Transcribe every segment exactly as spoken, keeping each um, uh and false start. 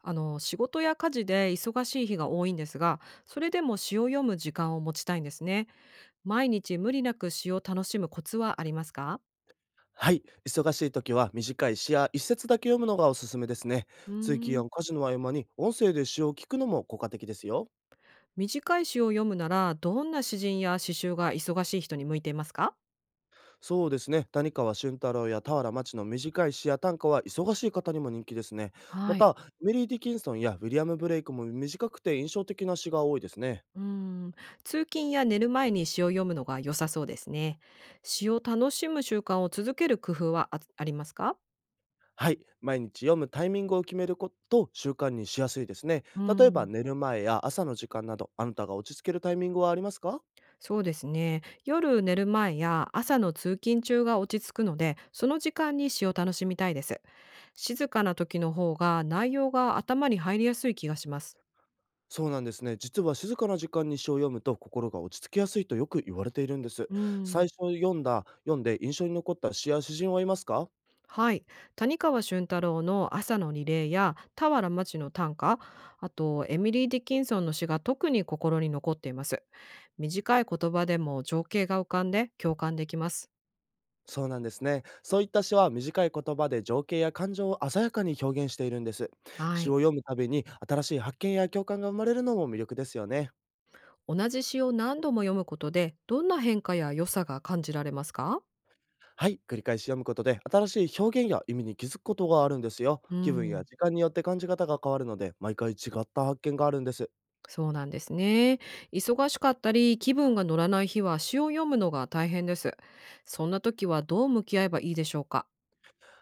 あの仕事や家事で忙しい日が多いんですが、それでも詩を読む時間を持ちたいんですね。毎日無理なく詩を楽しむコツはありますか？はい、忙しい時は短い詩や一節だけ読むのがおすすめですね。うー通勤やん。家事の合間に音声で詩を聞くのも効果的ですよ。短い詩を読むなら、どんな詩人や詩集が忙しい人に向いていますか？そうですね、谷川俊太郎や俵町の短い詩や短歌は忙しい方にも人気ですね。まはい。た、メリー・ディキンソンやウィリアム・ブレイクも短くて印象的な詩が多いですね。うーん。通勤や寝る前に詩を読むのが良さそうですね。詩を楽しむ習慣を続ける工夫はあありますか？はい、毎日読むタイミングを決めることを習慣にしやすいですね。う例えばん。寝る前や朝の時間など、あなたが落ち着けるタイミングはありますか？そうですね。夜寝る前や朝の通勤中が落ち着くので、その時間に詩を楽しみたいです。静かな時の方が内容が頭に入りやすい気がします。そうなんですね。実は静かな時間に詩を読むと心が落ち着きやすいとよく言われているんです。うん。最初読んだ、読んで印象に残った詩や詩人はいますか？はい。谷川俊太郎の朝のリレーや俵町の短歌、あとエミリー・ディキンソンの詩が特に心に残っています。短い言葉でも情景が浮かんで共感できます。そうなんですね。そういった詩は短い言葉で情景や感情を鮮やかに表現しているんです。は詩をい。読むたびに新しい発見や共感が生まれるのも魅力ですよね。同じ詩を何度も読むことで、どんな変化や良さが感じられますか？はい、繰り返し読むことで新しい表現や意味に気づくことがあるんですよ。う気分やん、時間によって感じ方が変わるので、毎回違った発見があるんです。そうなんですね。忙しかったり、気分が乗らない日は詩を読むのが大変です。そんな時はどう向き合えばいいでしょうか？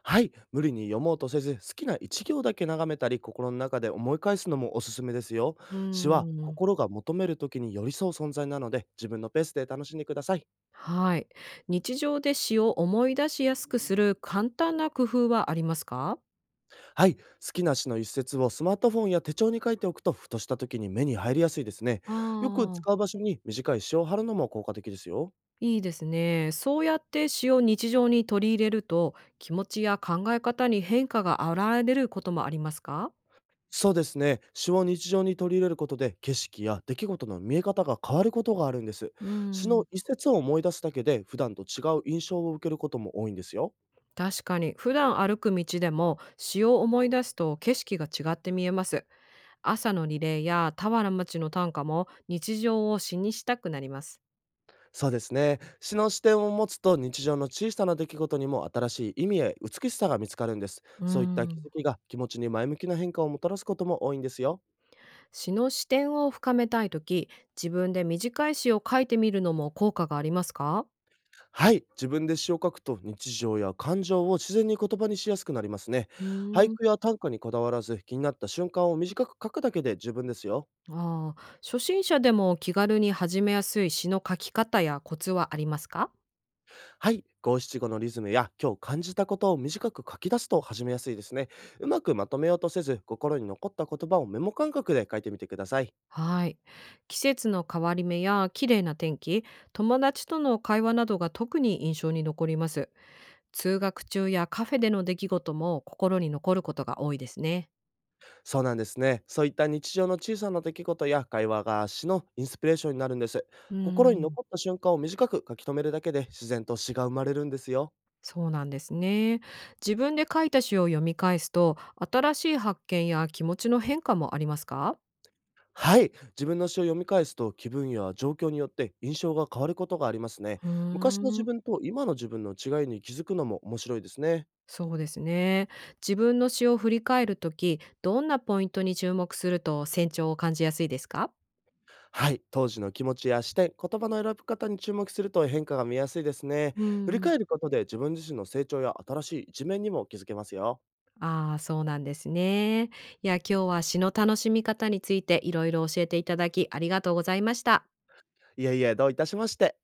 はい、無理に読もうとせず、好きな一行だけ眺めたり、心の中で思い返すのもおすすめですよ。う詩はん、心が求める時に寄り添う存在なので、自分のペースで楽しんでください。はい。日常で詩を思い出しやすくする簡単な工夫はありますか？はい、好きな詩の一節をスマートフォンや手帳に書いておくと、ふとした時に目に入りやすいですね。あよくあ、使う場所に短い詩を貼るのも効果的ですよ。いいですね。そうやって詩を日常に取り入れると、気持ちや考え方に変化が現れることもありますか？そうですね。詩を日常に取り入れることで、景色や出来事の見え方が変わることがあるんです。う詩のん。一節を思い出すだけで、普段と違う印象を受けることも多いんですよ。確かに普段歩く道でも詩を思い出すと景色が違って見えます。朝のリレーや田原町の短歌も日常を詩にしたくなります。そうですね。詩の視点を持つと日常の小さな出来事にも新しい意味や美しさが見つかるんです。うーそういった気ん。づきが気持ちに前向きな変化をもたらすことも多いんですよ。詩の視点を深めたいとき、自分で短い詩を書いてみるのも効果がありますか？はい。自分で詩を書くと日常や感情を自然に言葉にしやすくなりますね。う俳ーん。句や短歌にこだわらず気になった瞬間を短く書くだけで十分ですよ。ああ、初心者でも気軽に始めやすい詩の書き方やコツはありますか？はい。ごしちごのリズムや今日感じたことを短く書き出すと始めやすいですね。うまくまとめようとせず心に残った言葉をメモ感覚で書いてみてください。はい。季節の変わり目や綺麗な天気、友達との会話などが特に印象に残ります。通学中やカフェでの出来事も心に残ることが多いですね。そうなんですね。そういった日常の小さな出来事や会話が詩のインスピレーションになるんです。うー心にん。残った瞬間を短く書き留めるだけで自然と詩が生まれるんですよ。そうなんですね。自分で書いた詩を読み返すと、新しい発見や気持ちの変化もありますか？はい。自分の詩を読み返すと気分や状況によって印象が変わることがありますね。う昔のー自ん。分と今の自分の違いに気づくのも面白いですね。そうですね。自分の詩を振り返るとき、どんなポイントに注目すると成長を感じやすいですか？はい。当時の気持ちや視点、言葉の選び方に注目すると変化が見やすいですね。う振りーん。返ることで自分自身の成長や新しい一面にも気づけますよ。ああ、そうなんですね。いや、今日は詩の楽しみ方についていろいろ教えていただきありがとうございました。いえいえ、どういたしまして。